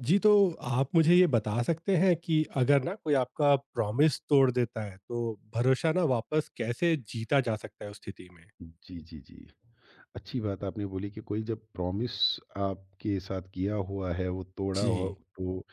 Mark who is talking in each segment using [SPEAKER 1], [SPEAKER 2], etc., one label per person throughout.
[SPEAKER 1] जी, तो आप मुझे ये बता सकते हैं कि अगर ना कोई आपका प्रॉमिस तोड़ देता है, तो भरोसा ना वापस कैसे जीता जा सकता है उस स्थिति में?
[SPEAKER 2] जी, जी, जी। अच्छी बात आपने बोली कि कोई जब प्रॉमिस आपके साथ किया हुआ है, वो तोड़ा हो
[SPEAKER 1] जी।
[SPEAKER 2] तो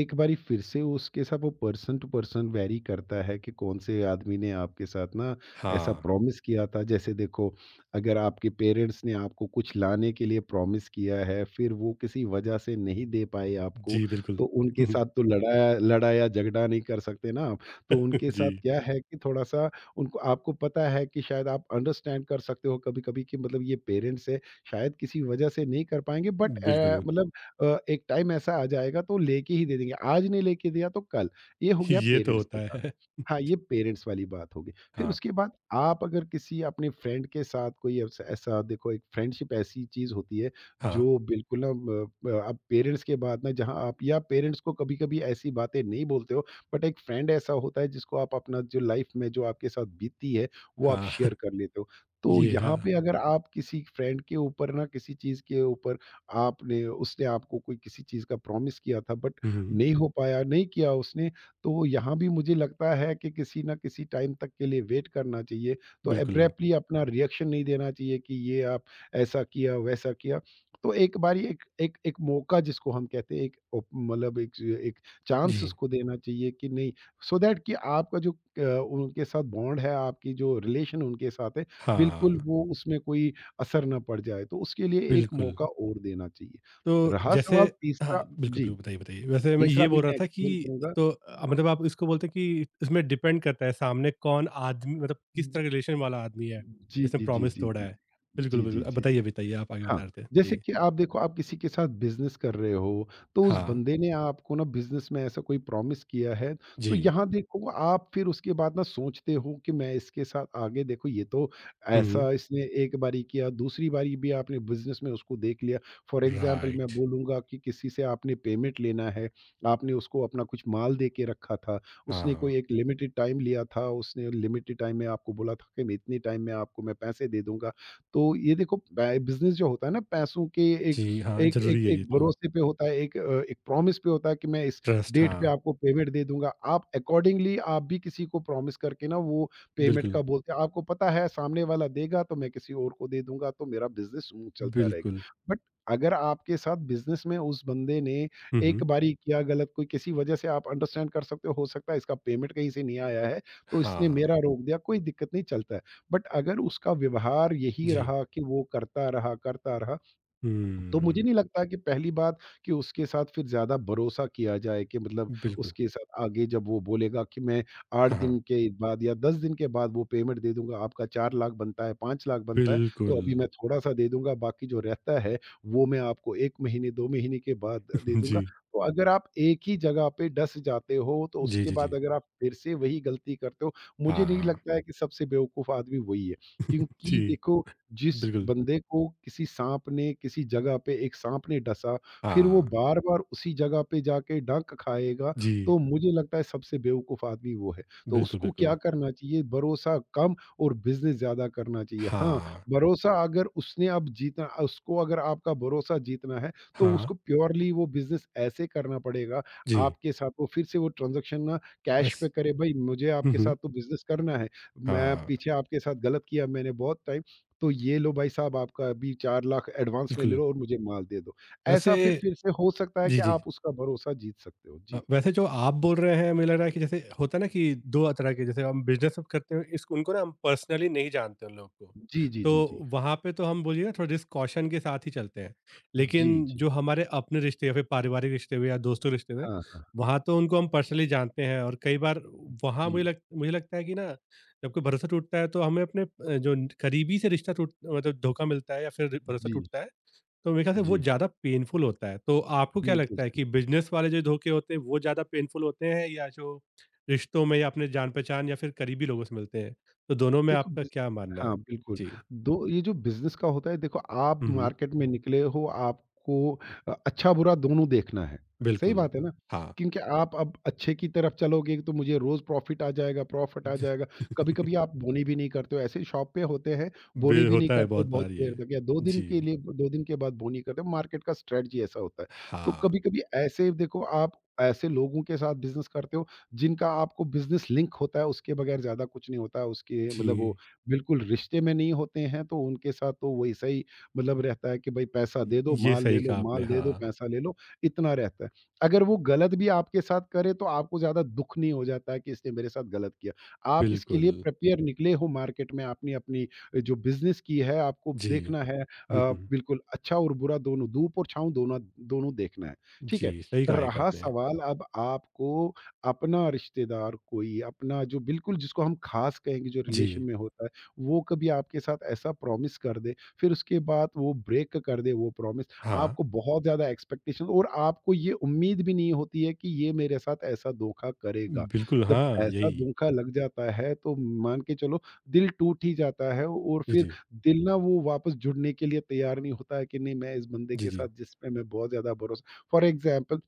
[SPEAKER 2] एक बारी फिर से उसके साथ वो पर्सन टू पर्सन वैरी करता है कि कौन से आदमी ने आपके साथ ना ऐसा
[SPEAKER 1] हाँ।
[SPEAKER 2] प्रॉमिस किया था। जैसे देखो, अगर आपके पेरेंट्स ने आपको कुछ लाने के लिए प्रॉमिस किया है, फिर वो किसी वजह से नहीं दे पाए आपको,
[SPEAKER 1] जी, बिल्कुल।
[SPEAKER 2] तो उनके साथ तो लड़ाया लड़ाया झगड़ा नहीं कर सकते ना आप। तो उनके साथ
[SPEAKER 1] जी,
[SPEAKER 2] क्या है कि थोड़ा-सा उनको आपको पता है कि शायद आप अंडरस्टैंड कर सकते हो कभी-कभी कि मतलब ये पेरेंट्स है, शायद किसी वजह से नहीं कर पाएँगे बट
[SPEAKER 1] बिल्कुल।
[SPEAKER 2] मतलब एक टाइम ऐसा आ जाएगा तो लेके ही दे देंगे, आज नहीं लेके दिया तो कल। ये हो गया
[SPEAKER 1] ये तो
[SPEAKER 2] पेरेंट्स
[SPEAKER 1] होता
[SPEAKER 2] के साथ।
[SPEAKER 1] है।
[SPEAKER 2] हाँ, ये पेरेंट्स वाली बात होगी। फिर
[SPEAKER 1] हाँ।
[SPEAKER 2] उसके बाद आप अगर किसी अपने फ्रेंड के साथ कोई ऐसा ऐसा देखो एक फ्रेंडशिप ऐसी चीज़ होती है
[SPEAKER 1] हाँ,
[SPEAKER 2] जो बिल्कुल ना अब पेरेंट्स के बाद ना जहाँ आप या पेरेंट्स को कभी-कभी ऐसी बातें नहीं बोलते हो बट एक फ्रेंड ऐसा होता है जिसको आप अपना जो लाइफ में जो आपके साथ बीती है वो आप
[SPEAKER 1] हाँ।
[SPEAKER 2] शेयर कर लेते हो। तो
[SPEAKER 1] ये
[SPEAKER 2] यहाँ
[SPEAKER 1] हाँ।
[SPEAKER 2] पे अगर आप किसी फ्रेंड के ऊपर ना किसी चीज़ के ऊपर आपने उसने आपको कोई किसी चीज़ का प्रॉमिस किया था बट
[SPEAKER 1] हुँ, हुँ।
[SPEAKER 2] नहीं हो पाया, नहीं किया उसने, तो यहाँ भी मुझे लगता है कि किसी ना किसी टाइम तक के लिए वेट करना चाहिए। तो
[SPEAKER 1] बिल्कुल।
[SPEAKER 2] एब्रैपली अपना रिएक्शन नहीं देना चाहिए कि ये आप ऐसा किया वैसा किया। तो एक बारी एक एक एक मौका जिसको हम कहते हैं एक ओप- मतलब एक एक चांस
[SPEAKER 1] जी।
[SPEAKER 2] उसको देना चाहिए कि नहीं, so दैट कि आपका जो उनके साथ बॉन्ड है, आपकी जो रिलेशन उनके साथ है,
[SPEAKER 1] हाँ,
[SPEAKER 2] बिल्कुल वो उसमें कोई असर ना पड़ जाए। तो उसके लिए एक
[SPEAKER 1] बिल्कुल।
[SPEAKER 2] मौका और देना चाहिए।
[SPEAKER 1] तो
[SPEAKER 2] रहा
[SPEAKER 1] जैसे
[SPEAKER 2] सवाल
[SPEAKER 1] हाँ,
[SPEAKER 2] तीसरा।
[SPEAKER 1] बिल्कुल,
[SPEAKER 2] जी,
[SPEAKER 1] बिल्कुल, बताइए, बताइए। वैसे मैं
[SPEAKER 2] तीसरा
[SPEAKER 1] ये
[SPEAKER 2] भी
[SPEAKER 1] बोल रहा
[SPEAKER 2] मैं
[SPEAKER 1] था
[SPEAKER 2] एक्सप्लेन
[SPEAKER 1] कि
[SPEAKER 2] करूँगा।
[SPEAKER 1] तो मतलब आप इसको बोलते हैं कि इसमें डिपेंड करता है सामने कौन आदमी मतलब किस तरह रिलेशन वाला आदमी है,
[SPEAKER 2] जी,
[SPEAKER 1] जिसने
[SPEAKER 2] जी, जी,
[SPEAKER 1] प्रॉमिस
[SPEAKER 2] जी,
[SPEAKER 1] तोड़ा
[SPEAKER 2] जी।
[SPEAKER 1] है। बिल्कुल,
[SPEAKER 2] जी, जी,
[SPEAKER 1] बिल्कुल। अब
[SPEAKER 2] जी। जी
[SPEAKER 1] बताइए, बताइए आप आगे
[SPEAKER 2] हाँ,
[SPEAKER 1] बता रहे थे।
[SPEAKER 2] जैसे
[SPEAKER 1] जी।
[SPEAKER 2] कि आप देखो आप किसी के साथ बिज़नेस कर रहे हो, तो उस
[SPEAKER 1] हाँ,
[SPEAKER 2] बंदे ने आपको ना बिज़नेस में ऐसा कोई प्रॉमिस किया है, तो
[SPEAKER 1] जी।
[SPEAKER 2] यहाँ देखो आप फिर उसके बाद ना सोचते हो कि मैं इसके साथ आगे देखो ये तो
[SPEAKER 1] हुँ,
[SPEAKER 2] ऐसा इसने एक बारी किया, दूसरी बारी भी आपने बिज़नेस में उसको देख लिया। फ़ॉर एग्ज़ाम्पल मैं
[SPEAKER 1] राइट।
[SPEAKER 2] बोलूँगा कि किसी से आपने पेमेंट लेना है, आपने उसको अपना कुछ माल दे के रखा था, उसने
[SPEAKER 1] हाँ,
[SPEAKER 2] कोई एक लिमिटेड टाइम लिया था, उसने लिमिटेड टाइम में आपको बोला था कि मैं इतने टाइम में आपको मैं पैसे दे दूँगा। तो ये देखो बै बिज़नेस जो होता है ना पैसों के एक
[SPEAKER 1] जी, हाँ,
[SPEAKER 2] एक
[SPEAKER 1] ज़रूरी
[SPEAKER 2] एक
[SPEAKER 1] है ये
[SPEAKER 2] एक
[SPEAKER 1] तो।
[SPEAKER 2] भरोसे पे होता है, एक एक प्रॉमिस पे होता है कि मैं इस
[SPEAKER 1] ट्रस्ट
[SPEAKER 2] डेट पे
[SPEAKER 1] हाँ,
[SPEAKER 2] आपको पेमेंट दे दूँगा। आप अकॉर्डिंगली आप भी किसी को प्रॉमिस करके ना वो पेमेंट
[SPEAKER 1] बिल्कुल,
[SPEAKER 2] का बोलते हैं आपको पता है सामने वाला देगा तो मैं किसी और को दे दूँगा तो मेरा बिज़नेस स्मूथ चलता रहेगा।
[SPEAKER 1] बिल्कुल।
[SPEAKER 2] बट अगर आपके साथ बिज़नेस में उस बंदे ने
[SPEAKER 1] हुँ,
[SPEAKER 2] एक
[SPEAKER 1] हुँ।
[SPEAKER 2] बारी किया गलत कोई किसी वजह से आप अंडरस्टैंड कर सकते हो सकता है इसका पेमेंट कहीं से नहीं आया है, तो इसने
[SPEAKER 1] हाँ,
[SPEAKER 2] मेरा रोक दिया, कोई दिक्कत नहीं चलता है। बट अगर उसका व्यवहार यही
[SPEAKER 1] जी।
[SPEAKER 2] रहा कि वो करता रहा, तो मुझे
[SPEAKER 1] हुँ,
[SPEAKER 2] नहीं लगता कि पहली बात कि उसके साथ फिर ज़्यादा भरोसा किया जाए कि मतलब
[SPEAKER 1] बिल्कुल।
[SPEAKER 2] उसके साथ आगे जब वो बोलेगा कि मैं 8
[SPEAKER 1] हाँ, हाँ,
[SPEAKER 2] दिन के बाद या 10 दिन के बाद वो पेमेंट दे दूँगा, आपका 4 लाख बनता है, 5 लाख बनता है, तो
[SPEAKER 1] बिल्कुल।
[SPEAKER 2] अभी मैं थोड़ा-सा दे दूँगा, बाकी जो रहता है, वो मैं आपको 1 महीने, 2 महीने के बाद दे दूँगा।
[SPEAKER 1] जी।
[SPEAKER 2] तो अगर आप एक ही जगह पे डस जाते हो, तो
[SPEAKER 1] जी,
[SPEAKER 2] उसके
[SPEAKER 1] जी,
[SPEAKER 2] बाद
[SPEAKER 1] जी।
[SPEAKER 2] अगर आप फिर से वही गलती करते हो, मुझे नहीं
[SPEAKER 1] हाँ।
[SPEAKER 2] लगता है कि सबसे बेवकूफ़ आदमी वही है। क्योंकि
[SPEAKER 1] जी,
[SPEAKER 2] देखो जिस
[SPEAKER 1] बिल्कुल।
[SPEAKER 2] बंदे को किसी साँप ने किसी जगह पे एक साँप ने डसा, फिर वो
[SPEAKER 1] हाँ,
[SPEAKER 2] बार-बार उसी जगह पे जाके डंक खाएगा, तो
[SPEAKER 1] जी,
[SPEAKER 2] मुझे लगता है सबसे बेवकूफ़ आदमी वो है। तो
[SPEAKER 1] बिल्कुल,
[SPEAKER 2] उसको क्या
[SPEAKER 1] बिल्कुल।
[SPEAKER 2] करना चाहिए, भरोसा कम और बिज़नेस ज़्यादा करना चाहिए। हाँ,
[SPEAKER 1] हाँ,
[SPEAKER 2] भरोसा अगर उसने अब जीतना उसको अगर आपका भरोसा जीतना है, तो
[SPEAKER 1] हाँ,
[SPEAKER 2] उसको प्योरली वो बिज़नेस ऐसे करना पड़ेगा,
[SPEAKER 1] जी।
[SPEAKER 2] आपके साथ वो फिर से वो ट्रांज़ैक्शन ना कैश
[SPEAKER 1] वैस
[SPEAKER 2] पे करे, भई मुझे
[SPEAKER 1] हुँ,
[SPEAKER 2] आपके साथ
[SPEAKER 1] हुँ।
[SPEAKER 2] तो बिज़नेस करना है, मैं
[SPEAKER 1] हाँ,
[SPEAKER 2] पीछे आपके साथ गलत किया मैंने बहुत टाइम, तो ये लो भाई साहब आपका अभी 4 लाख एडवांस में ले
[SPEAKER 1] बिल्कुल।
[SPEAKER 2] लो और मुझे माल दे दो।
[SPEAKER 1] वैसे
[SPEAKER 2] ऐसा फिर से हो सकता है कि
[SPEAKER 1] जी, जी।
[SPEAKER 2] आप उसका भरोसा जीत सकते हो। जी।
[SPEAKER 1] वैसे जो आप बोल रहे हैं, मुझे लग रहा है कि जैसे होता है ना कि 2 तरह के जैसे हम बिज़नेस अब करते हैं, इस उनको ना हम पर्सनली नहीं जानते उन लोगों को।
[SPEAKER 2] जी, जी,
[SPEAKER 1] तो
[SPEAKER 2] जी, जी।
[SPEAKER 1] वहाँ पे तो हम बोलिए ना थोड़ा जिस कॉशन के साथ ही चलते हैं।
[SPEAKER 2] जी,
[SPEAKER 1] लेकिन
[SPEAKER 2] जी।
[SPEAKER 1] जो हमारे अपने रिश्ते या फिर पारिवारिक रिश्ते हुए या दोस्तों रिश्ते हुए,
[SPEAKER 2] हाँ, हाँ।
[SPEAKER 1] वहाँ तो उनको हम पर्सनली जानते हैं और कई बार वहाँ
[SPEAKER 2] जी।
[SPEAKER 1] मुझे लगता है कि ना जब कोई भरोसा टूटता है तो हमें अपने जो करीबी से रिश्ता टूट मतलब धोखा मिलता है या फिर भरोसा
[SPEAKER 2] जी,
[SPEAKER 1] टूटता है तो मेरे ख्याल से वो
[SPEAKER 2] जी।
[SPEAKER 1] ज़्यादा पेनफुल होता है। तो आपको क्या
[SPEAKER 2] बिल्कुल
[SPEAKER 1] लगता है
[SPEAKER 2] सही।
[SPEAKER 1] कि बिज़नेस वाले जो धोखे होते हैं वो ज़्यादा पेनफुल होते हैं या जो रिश्तों में या अपने जान-पहचान या फिर करीबी लोगों से मिलते हैं? तो दोनों में
[SPEAKER 2] देखो
[SPEAKER 1] आपका
[SPEAKER 2] बिज़
[SPEAKER 1] क्या मानना
[SPEAKER 2] हाँ,
[SPEAKER 1] है?
[SPEAKER 2] बिल्कुल।
[SPEAKER 1] जी।
[SPEAKER 2] दो ये जो बिज़नेस का होता है देखो आप
[SPEAKER 1] हुँ, हुँ।
[SPEAKER 2] मार्केट में निकले हो आपको अच्छा-बुरा दोनों देखना है। सही
[SPEAKER 1] बिल्कुल।
[SPEAKER 2] बात है ना?
[SPEAKER 1] हाँ।
[SPEAKER 2] क्योंकि आप अब अच्छे की तरफ चलोगे तो मुझे रोज़ प्रॉफ़िट आ जाएगा प्रॉफ़िट आ
[SPEAKER 1] जी।
[SPEAKER 2] जाएगा। कभी-कभी आप बोनी भी नहीं करते हो, ऐसे शॉप पे होते हैं, बोनी
[SPEAKER 1] बे
[SPEAKER 2] भी नहीं
[SPEAKER 1] होता है
[SPEAKER 2] करते हो
[SPEAKER 1] बहुत
[SPEAKER 2] बहुत
[SPEAKER 1] बार
[SPEAKER 2] देर
[SPEAKER 1] ये।
[SPEAKER 2] तक या 2 दिन के
[SPEAKER 1] जी।
[SPEAKER 2] लिए, 2 दिन के बाद बोनी करते हो, मार्केट का स्ट्रैटेजी ऐसा होता है। तो
[SPEAKER 1] हाँ।
[SPEAKER 2] कभी-कभी ऐसे देखो आप ऐसे लोगों के साथ बिज़नेस करते हो जिनका आपको बिज़नेस लिंक होता है, उसके बगैर ज़्यादा कुछ नहीं होता है, उसके मतलब वो
[SPEAKER 1] जी।
[SPEAKER 2] बिल्कुल रिश्ते में नहीं होते हैं, तो उनके साथ तो वैसा ही मतलब रहता है कि भई पैसा दे दो,
[SPEAKER 1] ये
[SPEAKER 2] माल ले
[SPEAKER 1] सही
[SPEAKER 2] लो,
[SPEAKER 1] कहा आपने।
[SPEAKER 2] माल दे दो,
[SPEAKER 1] हाँ,
[SPEAKER 2] पैसा ले लो, इतना रहता है। अगर वो गलत भी आपके साथ करे, तो आपको ज़्यादा दुःख नहीं हो जाता है कि इसने मेरे साथ गलत किया। आप इसके
[SPEAKER 1] बिल्कुल।
[SPEAKER 2] लिए प्रिपेयर निकले हो मार्केट में, आपने अपनी जो बिज़नेस की है, आपको
[SPEAKER 1] जी।
[SPEAKER 2] देखना है
[SPEAKER 1] हुँ, हुँ।
[SPEAKER 2] बिल्कुल अच्छा और बुरा दोनों, धूप और छाँव दोनों दोनों देखना है, ठीक
[SPEAKER 1] जी,
[SPEAKER 2] है?
[SPEAKER 1] सही कहा ये
[SPEAKER 2] रहा
[SPEAKER 1] आपने।
[SPEAKER 2] सवाल अब आपको अपना रिश्तेदार कोई, अपना जो बिल्कुल जिसको हम खास कहेंगे, जो रिलेशन
[SPEAKER 1] जी।
[SPEAKER 2] में होता है, वो कभी आपके साथ ऐसा प्रॉमिस कर दे, फिर उसके बाद वो ब्रेक कर दे वो प्रॉमिस।
[SPEAKER 1] हाँ।
[SPEAKER 2] आपको बहुत ज़्यादा एक्सपेक्टेशन और आपको ये उम्मीद भी नहीं होती है कि ये मेरे साथ ऐसा धोखा करेगा।
[SPEAKER 1] बिल्कुल,
[SPEAKER 2] जब
[SPEAKER 1] हाँ,
[SPEAKER 2] ऐसा
[SPEAKER 1] यही।
[SPEAKER 2] धोखा लग जाता है, तो मान के चलो दिल टूट ही जाता है और
[SPEAKER 1] जी,
[SPEAKER 2] फिर
[SPEAKER 1] जी।
[SPEAKER 2] दिल ना वो वापस जुड़ने के लिए तैयार नहीं होता है कि नहीं मैं इस बंदे
[SPEAKER 1] जी,
[SPEAKER 2] के साथ
[SPEAKER 1] जी।
[SPEAKER 2] जिस पे मैं बहुत ज़्यादा भरोसा, फॉर एग्ज़ाम्पल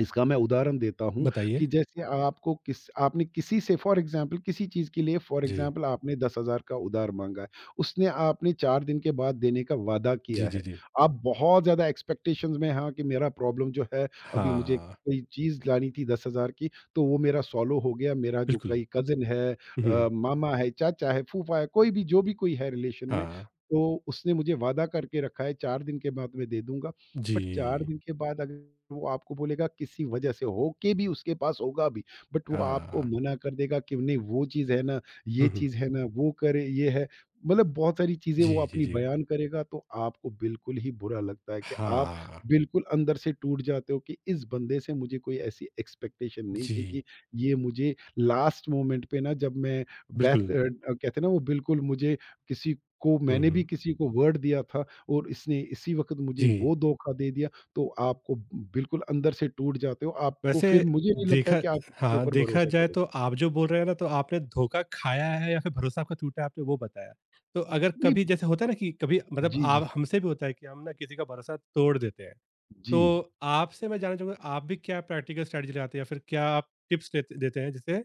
[SPEAKER 2] इसका मैं उदाहरण देता हूँ कि
[SPEAKER 1] बताइए?
[SPEAKER 2] जैसे आपको किस आपने किसी से फॉर एग्ज़ाम्पल किसी चीज़ के लिए फॉर
[SPEAKER 1] जी।
[SPEAKER 2] एग्ज़ाम्पल आपने 10,000 का उधार माँगा है। उसने आपने 4 दिन के बाद देने का वादा किया
[SPEAKER 1] जी, जी,
[SPEAKER 2] है।
[SPEAKER 1] जी।
[SPEAKER 2] आप बहुत ज़्यादा एक्सपेक्टेशंस में हैं कि मेरा प्रॉब्लम जो है अभी मुझे
[SPEAKER 1] हाँ,
[SPEAKER 2] कोई चीज़ लानी थी 10,000 की तो वो मेरा सॉलो हो गया। मेरा जो
[SPEAKER 1] बिल्कुल।
[SPEAKER 2] कोई कज़िन है,
[SPEAKER 1] हुँ,
[SPEAKER 2] मामा है, चाचा है, फूफा है, कोई भी जो भी कोई है रिलेशन में,
[SPEAKER 1] हाँ,
[SPEAKER 2] तो उसने मुझे वादा करके रखा है 4 दिन के बाद मैं दे दूँगा। बट 4
[SPEAKER 1] जी,
[SPEAKER 2] दिन के बाद अगर वो आपको बोलेगा किसी वजह से होके भी उसके पास होगा भी, बट वो आपको
[SPEAKER 1] हाँ।
[SPEAKER 2] मना कर देगा कि नहीं वो चीज़ है ना, ये
[SPEAKER 1] हुँ, हुँ।
[SPEAKER 2] चीज़ है ना, वो करे ये है। मतलब बहुत सारी चीज़ें वो
[SPEAKER 1] जी, जी,
[SPEAKER 2] अपनी
[SPEAKER 1] जी।
[SPEAKER 2] बयान करेगा तो आपको बिल्कुल ही बुरा लगता है कि आप
[SPEAKER 1] हाँ,
[SPEAKER 2] बिल्कुल अंदर से टूट जाते हो कि इस बंदे से मुझे कोई ऐसी एक्सपेक्टेशन नहीं थी
[SPEAKER 1] जी,
[SPEAKER 2] कि ये मुझे लास्ट मोमेंट पे ना जब मैं
[SPEAKER 1] बिल्कुल।
[SPEAKER 2] कहते हैं ना वो बिल्कुल मुझे किसी को
[SPEAKER 1] हुँ,
[SPEAKER 2] मैंने भी
[SPEAKER 1] हुँ।
[SPEAKER 2] किसी को वर्ड दिया था और इसने इसी वक़्त मुझे
[SPEAKER 1] जी,
[SPEAKER 2] वो धोखा दे दिया, तो आपको बिल्कुल अंदर से टूट जाते हो, आपको
[SPEAKER 1] वैसे
[SPEAKER 2] फिर मुझे नहीं लगता है
[SPEAKER 1] देखा
[SPEAKER 2] कि आप किसी के
[SPEAKER 1] हाँ,
[SPEAKER 2] ऊपर
[SPEAKER 1] देखा
[SPEAKER 2] भरोसा
[SPEAKER 1] जाए
[SPEAKER 2] करोगे।
[SPEAKER 1] तो आप जो बोल रहे हैं ना तो आपने धोखा खाया है या फिर भरोसा आपका टूटा है आपने वो बताया। तो अगर
[SPEAKER 2] नहीं
[SPEAKER 1] कभी जैसे होता है ना कि कभी मतलब
[SPEAKER 2] जी, जी।
[SPEAKER 1] आप हमसे भी होता है कि हम ना किसी का भरोसा तोड़ देते हैं।
[SPEAKER 2] जी।
[SPEAKER 1] तो आपसे मैं जानना चाहूँगा, आप भी क्या प्रैक्टिकल स्ट्रैटेजी लगाते हैं या फिर क्या आप टिप्स देते देते हैं जैसे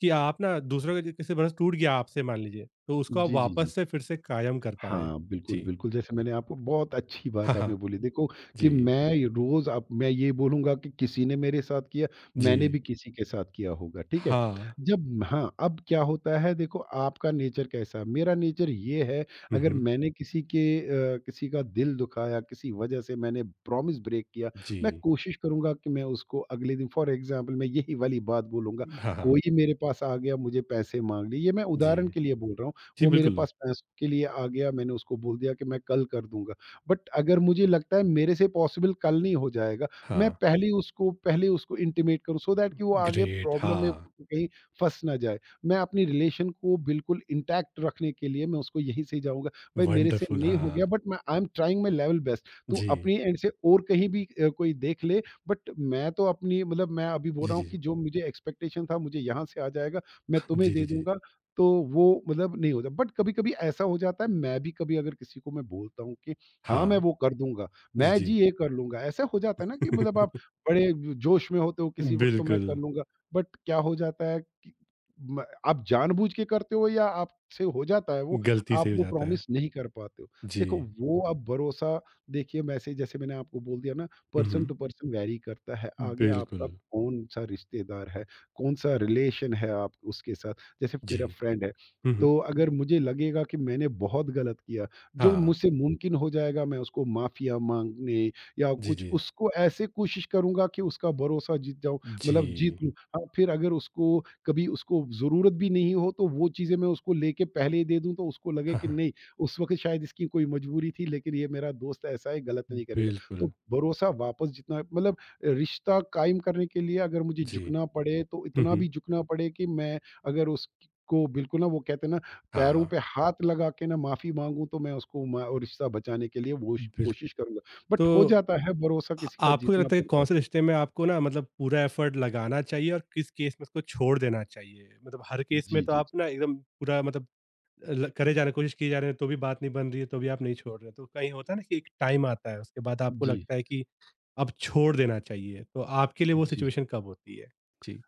[SPEAKER 1] कि आप ना दूसरों का किसी भरोसा टूट गया आपसे मान लीजिए, तो उसको आप
[SPEAKER 2] जी, जी, जी।
[SPEAKER 1] वापस से फिर से कायम कर पाएँ?
[SPEAKER 2] हाँ, बिल्कुल,
[SPEAKER 1] जी।
[SPEAKER 2] बिल्कुल, जैसे मैंने आपको, बहुत अच्छी
[SPEAKER 1] हाँ,
[SPEAKER 2] बात आपने
[SPEAKER 1] हाँ।
[SPEAKER 2] बोली, देखो कि
[SPEAKER 1] जी,
[SPEAKER 2] मैं रोज़ अब मैं ये बोलूँगा कि किसी ने मेरे साथ किया,
[SPEAKER 1] जी।
[SPEAKER 2] मैंने भी किसी के साथ किया होगा, ठीक है?
[SPEAKER 1] हाँ।
[SPEAKER 2] जब हाँ, अब क्या होता है देखो, आपका नेचर कैसा है, मेरा नेचर ये है।
[SPEAKER 1] हुँ,
[SPEAKER 2] अगर
[SPEAKER 1] हुँ।
[SPEAKER 2] मैंने किसी का दिल दुखाया, किसी वजह से मैंने प्रॉमिस ब्रेक किया, मैं
[SPEAKER 1] जी।
[SPEAKER 2] कोशिश करूँगा कि मैं उसको अगले दिन, फॉर एग्ज़ाम्पल, मैं यही वाली बात बोलूँगा।
[SPEAKER 1] हाँ, हाँ।
[SPEAKER 2] कोई मेरे पास आ गया, मुझे पैसे माँग लिए, ये मैं
[SPEAKER 1] जी।
[SPEAKER 2] उदाहरण के लिए बोल रहा हूँ।
[SPEAKER 1] जी,
[SPEAKER 2] वो मेरे
[SPEAKER 1] बिल्कुल।
[SPEAKER 2] पास पैसों के लिए आ गया, मैंने उसको बोल दिया कि मैं कल कर दूँगा। बट अगर मुझे लगता है मेरे से पॉसिबल कल नहीं हो जाएगा, मैं
[SPEAKER 1] हाँ,
[SPEAKER 2] पहले ही उसको इंटीमेट करूँ, सो दैट कि वो आगे
[SPEAKER 1] ग्रेट
[SPEAKER 2] प्रॉब्लम में
[SPEAKER 1] हाँ,
[SPEAKER 2] कहीं फँस ना जाए। मैं अपनी रिलेशन को बिल्कुल इंटैक्ट रखने के लिए मैं उसको यहीं से जाऊँगा, भाई मेरे से
[SPEAKER 1] वंडरफुल
[SPEAKER 2] नहीं हो
[SPEAKER 1] हाँ।
[SPEAKER 2] गया, बट मैं I am trying my level best. तू
[SPEAKER 1] जी,
[SPEAKER 2] अपनी एंड से और कहीं भी कोई देख ले। बट मैं तो अपनी, मतलब मैं अभी बोल
[SPEAKER 1] जी,
[SPEAKER 2] रहा हूँ
[SPEAKER 1] जी।
[SPEAKER 2] कि जो मुझे एक्सपेक्टेशन था मुझे यहाँ से आ जाएगा, मैं तुम्हें
[SPEAKER 1] जी, जी,
[SPEAKER 2] दे
[SPEAKER 1] जी।
[SPEAKER 2] दूँगा। तो वो मतलब नहीं होता, बट कभी-कभी ऐसा हो जाता है। मैं भी कभी अगर किसी को मैं बोलता हूँ कि हाँ, मैं
[SPEAKER 1] हाँ,
[SPEAKER 2] वो कर दूँगा,
[SPEAKER 1] जी,
[SPEAKER 2] मैं
[SPEAKER 1] जी।
[SPEAKER 2] जी ये कर लूँगा, ऐसा हो जाता है ना कि मतलब आप बड़े जोश में होते हो किसी वक़्त तो मैं
[SPEAKER 1] बिल्कुल,
[SPEAKER 2] कर लूँगा, बट क्या हो जाता है कि म आप जानबूझ के करते हो या आपसे हो जाता है वो,
[SPEAKER 1] गलती
[SPEAKER 2] आप
[SPEAKER 1] से हो
[SPEAKER 2] वो
[SPEAKER 1] जाता है।
[SPEAKER 2] प्रॉमिस नहीं कर पाते हो। देखो
[SPEAKER 1] जी।
[SPEAKER 2] वो अब भरोसा देखिए, वैसे जैसे मैंने आपको बोल दिया ना,
[SPEAKER 1] हुँ,
[SPEAKER 2] पर्सन
[SPEAKER 1] हुँ।
[SPEAKER 2] टू पर्सन वैरी करता है, आगे आपका
[SPEAKER 1] बिल्कुल।
[SPEAKER 2] कौन-सा रिश्तेदार है, कौन-सा रिलेशन है आप उसके साथ। जैसे
[SPEAKER 1] जी।
[SPEAKER 2] मेरा फ्रेंड है,
[SPEAKER 1] हुँ, हुँ।
[SPEAKER 2] तो अगर मुझे लगेगा कि मैंने बहुत गलत किया, जो
[SPEAKER 1] हाँ।
[SPEAKER 2] मुझसे मुमकिन हो जाएगा मैं उसको माफ़िया माँगने या
[SPEAKER 1] जी,
[SPEAKER 2] कुछ,
[SPEAKER 1] जी।
[SPEAKER 2] उसको ऐसे कोशिश करूँगा कि उसका भरोसा जीत जाऊँ,
[SPEAKER 1] जी।
[SPEAKER 2] मतलब जीत लूँ। हाँ, फिर अगर उसको कभी उसको ज़रूरत भी नहीं हो तो वो चीज़ें मैं उसको लेके पहले ही दे दूँ तो उसको लगे
[SPEAKER 1] हाँ,
[SPEAKER 2] कि
[SPEAKER 1] हाँ।
[SPEAKER 2] नहीं, उस वक़्त शायद इसकी कोई मजबूरी थी, लेकिन ये मेरा दोस्त ऐसा है गलत नहीं करेगा। तो
[SPEAKER 1] बिल्कुल।
[SPEAKER 2] भरोसा वापस जितना, मतलब रिश्ता कायम करने के लिए अगर मुझे
[SPEAKER 1] जी।
[SPEAKER 2] झुकना पड़े तो
[SPEAKER 1] हुँ,
[SPEAKER 2] इतना
[SPEAKER 1] हुँ।
[SPEAKER 2] भी झुकना पड़े कि मैं अगर उस को बिल्कुल, ना वो कहते हैं ना, पैरों
[SPEAKER 1] हाँ।
[SPEAKER 2] पे हाथ लगा के ना माफ़ी माँगूँ, तो मैं उसको म और रिश्ता बचाने के लिए वो श
[SPEAKER 1] बिल्क
[SPEAKER 2] कोशिश करूँगा। बट
[SPEAKER 1] तो
[SPEAKER 2] हो जाता है, भरोसा किसी का
[SPEAKER 1] आपको क्या
[SPEAKER 2] जीतना
[SPEAKER 1] लगता है कि
[SPEAKER 2] पड़ता
[SPEAKER 1] कौन
[SPEAKER 2] है।
[SPEAKER 1] से रिश्ते में आपको ना मतलब पूरा एफ़र्ट लगाना चाहिए और किस केस में उसको छोड़ देना चाहिए? मतलब हर केस में
[SPEAKER 2] जी,
[SPEAKER 1] तो
[SPEAKER 2] जी, जी।
[SPEAKER 1] आप ना एकदम पूरा मतलब ल करे जाने की कोशिश किए जा रहे हैं तो भी बात नहीं बन रही है, तो भी आप नहीं छोड़ रहे हैं। तो कहीं होता है ना कि एक टाइम आता है उसके बाद आपको
[SPEAKER 2] जी,
[SPEAKER 1] लगता है कि अब छोड़ देना चाहिए। तो आपके लिए वो
[SPEAKER 2] जी।
[SPEAKER 1] सिचुएशन कब होती है? जी।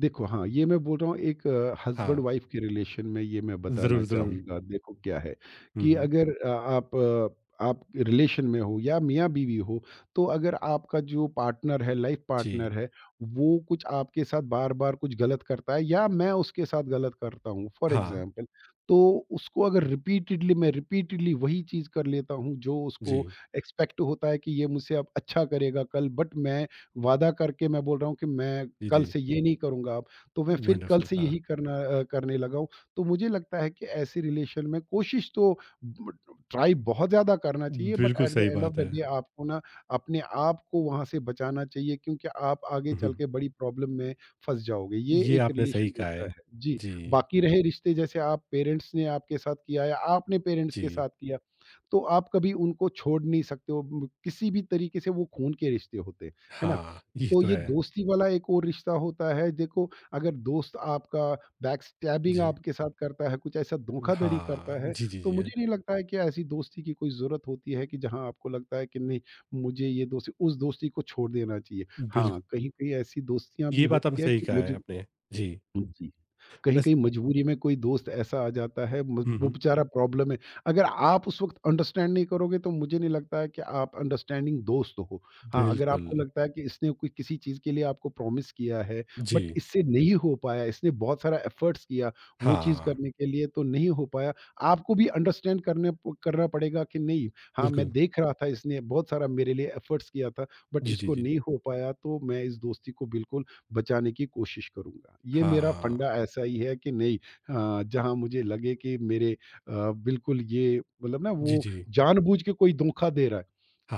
[SPEAKER 2] देखो, हाँ, ये मैं बोल रहा हूँ, एक हस्बैंड
[SPEAKER 1] हाँ।
[SPEAKER 2] वाइफ के रिलेशन में ये मैं बताना
[SPEAKER 1] ज़रूर, ज़रूर।
[SPEAKER 2] चाहूँगा। देखो क्या है
[SPEAKER 1] हुँ,
[SPEAKER 2] कि
[SPEAKER 1] हुँ।
[SPEAKER 2] अगर आप रिलेशन में हो या मियाँ-बीवी हो, तो अगर आपका जो पार्टनर है, लाइफ
[SPEAKER 1] जी,
[SPEAKER 2] पार्टनर है, वो कुछ आपके साथ बार-बार कुछ गलत करता है या मैं उसके साथ गलत करता हूँ, फॉर
[SPEAKER 1] हाँ।
[SPEAKER 2] एग्ज़ाम्पल, तो उसको अगर रिपीटेडली, मैं रिपीटेडली वही चीज़ कर लेता हूँ जो उसको
[SPEAKER 1] जी,
[SPEAKER 2] एक्सपेक्ट होता है कि ये मुझसे अब अच्छा करेगा कल, बट मैं वादा करके मैं बोल रहा हूँ कि मैं
[SPEAKER 1] जी,
[SPEAKER 2] कल
[SPEAKER 1] जी।
[SPEAKER 2] से ये नहीं करूँगा अब, तो मैं फिर कल
[SPEAKER 1] वंडरफुल
[SPEAKER 2] से
[SPEAKER 1] हाँ,
[SPEAKER 2] यही करने लगा हूँ। तो मुझे लगता है कि ऐसे रिलेशन में कोशिश तो ब ट्राई बहुत ज़्यादा करना चाहिए, बट
[SPEAKER 1] बिल्कुल
[SPEAKER 2] एट द
[SPEAKER 1] सही
[SPEAKER 2] एंड ऑफ
[SPEAKER 1] बात
[SPEAKER 2] द
[SPEAKER 1] है।
[SPEAKER 2] डे आपको ना अपने आप को वहाँ से बचाना चाहिए, क्योंकि आप आगे
[SPEAKER 1] हुँ,
[SPEAKER 2] चल के बड़ी प्रॉब्लम में फँस जाओगे। ये
[SPEAKER 1] ये
[SPEAKER 2] एक
[SPEAKER 1] आपने सही
[SPEAKER 2] रिलेशन
[SPEAKER 1] कहा
[SPEAKER 2] जैसा है।
[SPEAKER 1] है।
[SPEAKER 2] जी,
[SPEAKER 1] जी,
[SPEAKER 2] बाकी रहे रिश्ते जैसे आप पेरेंट्स ने आपके साथ किया या आपने पेरेंट्स के
[SPEAKER 1] जी।
[SPEAKER 2] साथ किया, तो आप कभी उनको छोड़ नहीं सकते हो। म किसी भी तरीके से वो खून के रिश्ते होते हैं, है ना?
[SPEAKER 1] हाँ, ये
[SPEAKER 2] तो
[SPEAKER 1] तो
[SPEAKER 2] ये
[SPEAKER 1] है।
[SPEAKER 2] दोस्ती वाला एक और रिश्ता होता है। देखो, अगर दोस्त आपका बैक स्टैबिंग
[SPEAKER 1] जी,
[SPEAKER 2] आपके साथ करता है, कुछ ऐसा धोखाधड़ी करता
[SPEAKER 1] हाँ।
[SPEAKER 2] है,
[SPEAKER 1] जी, जी,
[SPEAKER 2] तो
[SPEAKER 1] जी।
[SPEAKER 2] मुझे नहीं लगता है कि ऐसी दोस्ती की कोई ज़रूरत होती है कि जहाँ आपको लगता है कि नहीं, मुझे ये दोस्ती उस दोस्ती को छोड़ देना चाहिए। हाँ,
[SPEAKER 1] बिल्क
[SPEAKER 2] कहीं-कहीं ऐसी दोस्तियाँ भी
[SPEAKER 1] ये बात आपने
[SPEAKER 2] होती है
[SPEAKER 1] सही
[SPEAKER 2] कि
[SPEAKER 1] कहा
[SPEAKER 2] मुझे
[SPEAKER 1] है आपने। जी,
[SPEAKER 2] जी।
[SPEAKER 1] बस
[SPEAKER 2] कहीं-कहीं मजबूरी में कोई दोस्त ऐसा आ जाता है, म
[SPEAKER 1] हुँ,
[SPEAKER 2] वो
[SPEAKER 1] हुँ।
[SPEAKER 2] बेचारा प्रॉब्लम में, अगर आप उस वक़्त अंडरस्टैंड नहीं करोगे, तो मुझे नहीं लगता है कि आप अंडरस्टैंडिंग दोस्त हो। हाँ, अगर
[SPEAKER 1] बिल्कुल।
[SPEAKER 2] आपको लगता है कि इसने कोई किसी चीज़ के लिए आपको प्रॉमिस किया है, बट
[SPEAKER 1] जी,
[SPEAKER 2] इससे नहीं हो पाया, इसने बहुत सारा एफर्ट्स किया वो चीज़
[SPEAKER 1] हाँ,
[SPEAKER 2] करने के लिए, तो नहीं हो पाया, आपको भी अंडरस्टैंड करने प करना पड़ेगा कि नहीं, हाँ, मैं
[SPEAKER 1] बिल्कुल।
[SPEAKER 2] देख रहा था इसने बहुत सारा मेरे लिए एफर्ट्स किया था, बट
[SPEAKER 1] जी, जी,
[SPEAKER 2] इसको
[SPEAKER 1] जी।
[SPEAKER 2] नहीं हो पाया, तो मैं इस दोस्ती को बिल्कुल बचाने की कोशिश करूँगा। ये मेरा
[SPEAKER 1] हाँ,
[SPEAKER 2] फंडा ऐसा ही है कि नहीं जहाँ मुझे लगे कि मेरे बिल्कुल ये मतलब ना
[SPEAKER 1] जी,
[SPEAKER 2] वो
[SPEAKER 1] जी।
[SPEAKER 2] जानबूझ के कोई धोखा दे रहा है,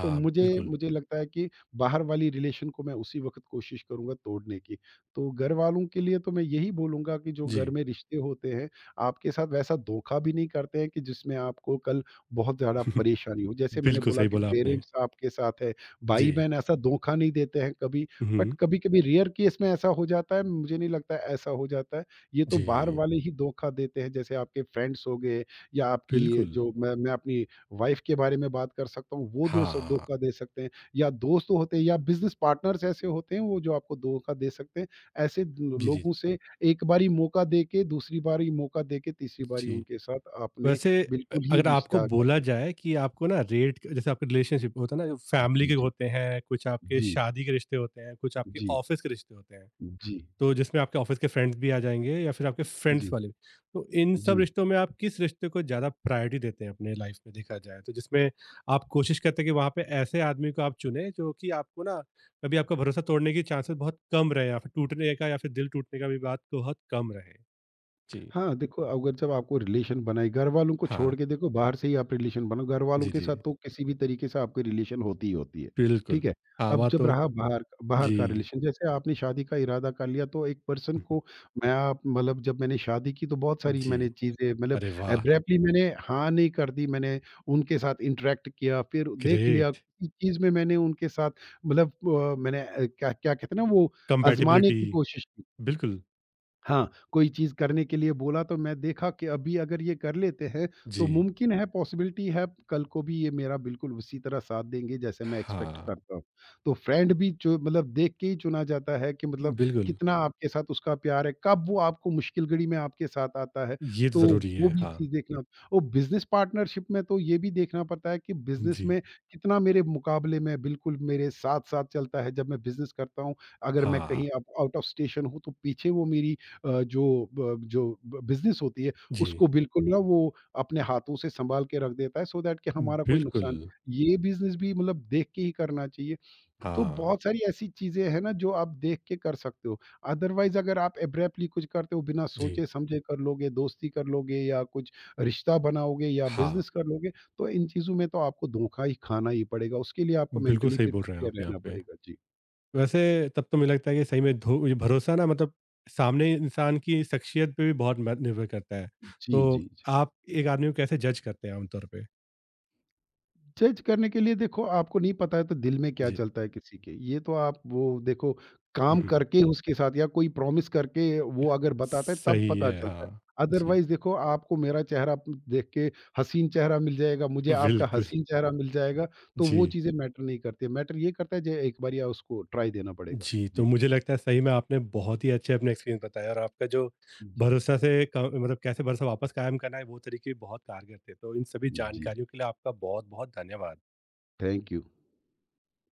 [SPEAKER 2] तो मुझे
[SPEAKER 1] बिल्कुल।
[SPEAKER 2] मुझे लगता है कि बाहर वाली रिलेशन को मैं उसी वक़्त कोशिश करूँगा तोड़ने की। तो घर वालों के लिए तो मैं यही बोलूँगा कि जो घर
[SPEAKER 1] जी,
[SPEAKER 2] में रिश्ते होते हैं, आपके साथ वैसा धोखा भी नहीं करते हैं कि जिसमें आपको कल बहुत ज़्यादा परेशानी हो। जैसे मैंने
[SPEAKER 1] बिल्कुल
[SPEAKER 2] बोला
[SPEAKER 1] सही
[SPEAKER 2] कि
[SPEAKER 1] बोला आपने।
[SPEAKER 2] पेरेंट्स आपके साथ है,
[SPEAKER 1] जी।
[SPEAKER 2] भाई-बहन ऐसा धोखा नहीं देते हैं कभी,
[SPEAKER 1] हुँ,
[SPEAKER 2] बट
[SPEAKER 1] हुँ।
[SPEAKER 2] कभी-कभी रेयर केस में ऐसा हो जाता है, मुझे नहीं लगता ऐसा हो जाता है। ये तो बाहर
[SPEAKER 1] जी,
[SPEAKER 2] वाले ही धोखा देते हैं, जैसे आपके फ्रेंड्स हो गए या आपकी,
[SPEAKER 1] बिल्कुल।
[SPEAKER 2] जो मैं अपनी वाइफ के बारे में बात कर सकता हूँ, वो दो स
[SPEAKER 1] हाँ।
[SPEAKER 2] धोखा दे सकते हैं, या दोस्त तो होते हैं या बिज़नेस पार्टनर्स ऐसे होते हैं वो जो आपको धोखा दे सकते हैं। ऐसे ल
[SPEAKER 1] जी, जी।
[SPEAKER 2] लोगों से एक बारी मौका दे के, दूसरी बारी मौका दे के, तीसरी बारी
[SPEAKER 1] जी।
[SPEAKER 2] उनके साथ आपने
[SPEAKER 1] वैसे
[SPEAKER 2] बिल्कुल ही
[SPEAKER 1] अगर आपको
[SPEAKER 2] रिश्ता
[SPEAKER 1] बोला
[SPEAKER 2] काटना।
[SPEAKER 1] जाए कि आपको ना रेट जैसे आपके रिलेशनशिप होता है ना, फैमिली
[SPEAKER 2] जी,
[SPEAKER 1] के
[SPEAKER 2] जी।
[SPEAKER 1] होते हैं, कुछ आपके
[SPEAKER 2] जी,
[SPEAKER 1] शादी के रिश्ते होते हैं, कुछ आपके
[SPEAKER 2] जी,
[SPEAKER 1] ऑफ़िस के रिश्ते होते हैं।
[SPEAKER 2] जी,
[SPEAKER 1] तो जिसमें आपके ऑफ़िस के फ्रेंड्स भी आ जाएँगे या फिर आपके
[SPEAKER 2] जी,
[SPEAKER 1] फ्रेंड्स
[SPEAKER 2] जी।
[SPEAKER 1] वाले भी। तो इन सब
[SPEAKER 2] जी
[SPEAKER 1] रिश्तों में आप किस रिश्ते को ज़्यादा प्रायोरिटी देते हैं अपने लाइफ़ में देखा जाए तो? जिसमें आप कोशिश करते हैं कि वहाँ पे ऐसे आदमी को आप चुनें जो कि आपको ना कभी आपका भरोसा तोड़ने की चांसेस बहुत कम रहे या फिर टूटने का या फिर दिल टूटने का भी बात बहुत कम रहे? जी।
[SPEAKER 2] हाँ, देखो, अगर जब आपको रिलेशन बनाए घर वालों को छोड़
[SPEAKER 1] हाँ।
[SPEAKER 2] के, देखो बाहर से ही आप रिलेशन बनाओ, घर वालों
[SPEAKER 1] जी,
[SPEAKER 2] के
[SPEAKER 1] जी।
[SPEAKER 2] साथ तो किसी भी तरीके से आपकी रिलेशन होती ही होती है,
[SPEAKER 1] बिल्कुल,
[SPEAKER 2] ठीक है? अब
[SPEAKER 1] आवा
[SPEAKER 2] जब
[SPEAKER 1] तो
[SPEAKER 2] रहा बाहर, बाहर
[SPEAKER 1] जी।
[SPEAKER 2] का रिलेशन जैसे आपने शादी का इरादा कर लिया, तो एक पर्सन
[SPEAKER 1] हम्म,
[SPEAKER 2] को मैं, आप मतलब जब मैंने शादी की तो बहुत सारी
[SPEAKER 1] जी,
[SPEAKER 2] मैंने चीज़ें, मतलब
[SPEAKER 1] अरे वाह!
[SPEAKER 2] अब्रैप्टली मैंने हाँ, नहीं कर दी, मैंने उनके साथ इंटरैक्ट किया, फिर देख लिया
[SPEAKER 1] ग्रेट
[SPEAKER 2] किसी चीज़ में मैंने उनके साथ मतलब मैंने क्या क्या कहते हैं ना वो, आज़माने
[SPEAKER 1] कंपैटिबिलिटी
[SPEAKER 2] की कोशिश की।
[SPEAKER 1] बिल्कुल,
[SPEAKER 2] हाँ, कोई चीज़ करने के लिए बोला तो मैं देखा कि अभी अगर ये कर लेते हैं, तो
[SPEAKER 1] जी,
[SPEAKER 2] मुमकिन है, पॉसिबिलिटी है कल को भी ये मेरा बिल्कुल उसी तरह साथ देंगे जैसे मैं एक्सपेक्ट
[SPEAKER 1] हाँ,
[SPEAKER 2] करता हूँ। तो फ्रेंड भी जो मतलब देख के ही चुना जाता है कि मतलब
[SPEAKER 1] बिल्कुल,
[SPEAKER 2] कितना आपके साथ उसका प्यार है, कब वो आपको मुश्किल घड़ी में आपके साथ आता है,
[SPEAKER 1] ये तो
[SPEAKER 2] तो
[SPEAKER 1] ज़रूरी
[SPEAKER 2] वो
[SPEAKER 1] है,
[SPEAKER 2] भी
[SPEAKER 1] हाँ,
[SPEAKER 2] चीज़ देखना। और बिज़नेस पार्टनरशिप में तो ये भी देखना पड़ता है कि बिज़नेस
[SPEAKER 1] जी,
[SPEAKER 2] में कितना मेरे मुकाबले में बिल्कुल मेरे साथ-साथ चलता है जब मैं बिज़नेस करता हूँ। अगर मैं
[SPEAKER 1] हाँ,
[SPEAKER 2] कहीं आउट ऑफ स्टेशन हूँ, तो पीछे वो मेरी अ, जो जो ब बिज़नेस होती है,
[SPEAKER 1] जी,
[SPEAKER 2] उसको बिल्कुल ना वो अपने हाथों से सँभाल के रख देता है सो दैट कि हमारा कोई
[SPEAKER 1] बिल्कुल,
[SPEAKER 2] नुकसान। ये बिज़नेस भी मतलब देख के ही करना चाहिए। तो
[SPEAKER 1] हाँ,
[SPEAKER 2] बहुत सारी ऐसी चीज़ें हैं ना, जो आप देख के कर सकते हो। अदरवाइज़ अगर आप एब्रप्टली कुछ करते हो, बिना
[SPEAKER 1] जी,
[SPEAKER 2] सोचे-समझे कर लोगे, दोस्ती कर लोगे, या कुछ रिश्ता बनाओगे या
[SPEAKER 1] हाँ,
[SPEAKER 2] बिज़नेस कर लोगे, तो इन चीज़ों में तो आपको धोखा ही खाना ही पड़ेगा। उसके लिए आपको
[SPEAKER 1] बिल्कुल
[SPEAKER 2] मेंटली
[SPEAKER 1] सही
[SPEAKER 2] फिर
[SPEAKER 1] बोल रहे हैं
[SPEAKER 2] प्रिपेयर
[SPEAKER 1] आप यहाँ
[SPEAKER 2] रहना
[SPEAKER 1] पे।
[SPEAKER 2] पड़ेगा। जी।
[SPEAKER 1] वैसे तब तो मुझे लगता है कि सही में धो ये भरोसा ना मतलब सामने इंसान की शख्सियत पे भी बहुत म निर्भर करता है।
[SPEAKER 2] जी, जी,
[SPEAKER 1] तो
[SPEAKER 2] जी।
[SPEAKER 1] आप एक आदमी को कैसे जज करते हैं आम तौर पे?
[SPEAKER 2] जज करने के लिए देखो, आपको नहीं पता है तो दिल में क्या
[SPEAKER 1] जी।
[SPEAKER 2] चलता है किसी के, ये तो आप वो देखो,
[SPEAKER 1] हुँ,
[SPEAKER 2] काम
[SPEAKER 1] हुँ।
[SPEAKER 2] करके उसके साथ या कोई प्रॉमिस करके वो अगर बताता है तब
[SPEAKER 1] सही
[SPEAKER 2] पता
[SPEAKER 1] है,
[SPEAKER 2] चलता है।
[SPEAKER 1] हाँ। जी,
[SPEAKER 2] अदरवाइज देखो, आपको मेरा चेहरा देख के हसीन चेहरा मिल जाएगा, मुझे आपका
[SPEAKER 1] बिल्कुल।
[SPEAKER 2] हसीन चेहरा मिल जाएगा, तो वो
[SPEAKER 1] जी,
[SPEAKER 2] चीज़ें मैटर नहीं करती, मैटर ये करता है जो एक बार या उसको ट्राई देना पड़ेगा।
[SPEAKER 1] जी, तो
[SPEAKER 2] जी,
[SPEAKER 1] मुझे लगता है सही में आपने बहुत ही अच्छे अपने एक्सपीरियंस बताए और आपका जो
[SPEAKER 2] जी,
[SPEAKER 1] भरोसा से क मतलब कैसे भरोसा वापस कायम करना है, वो तरीके भी बहुत कारगर थे। तो इन सभी
[SPEAKER 2] जी,
[SPEAKER 1] जानकारियों के लिए आपका बहुत-बहुत धन्यवाद।
[SPEAKER 2] Thank you.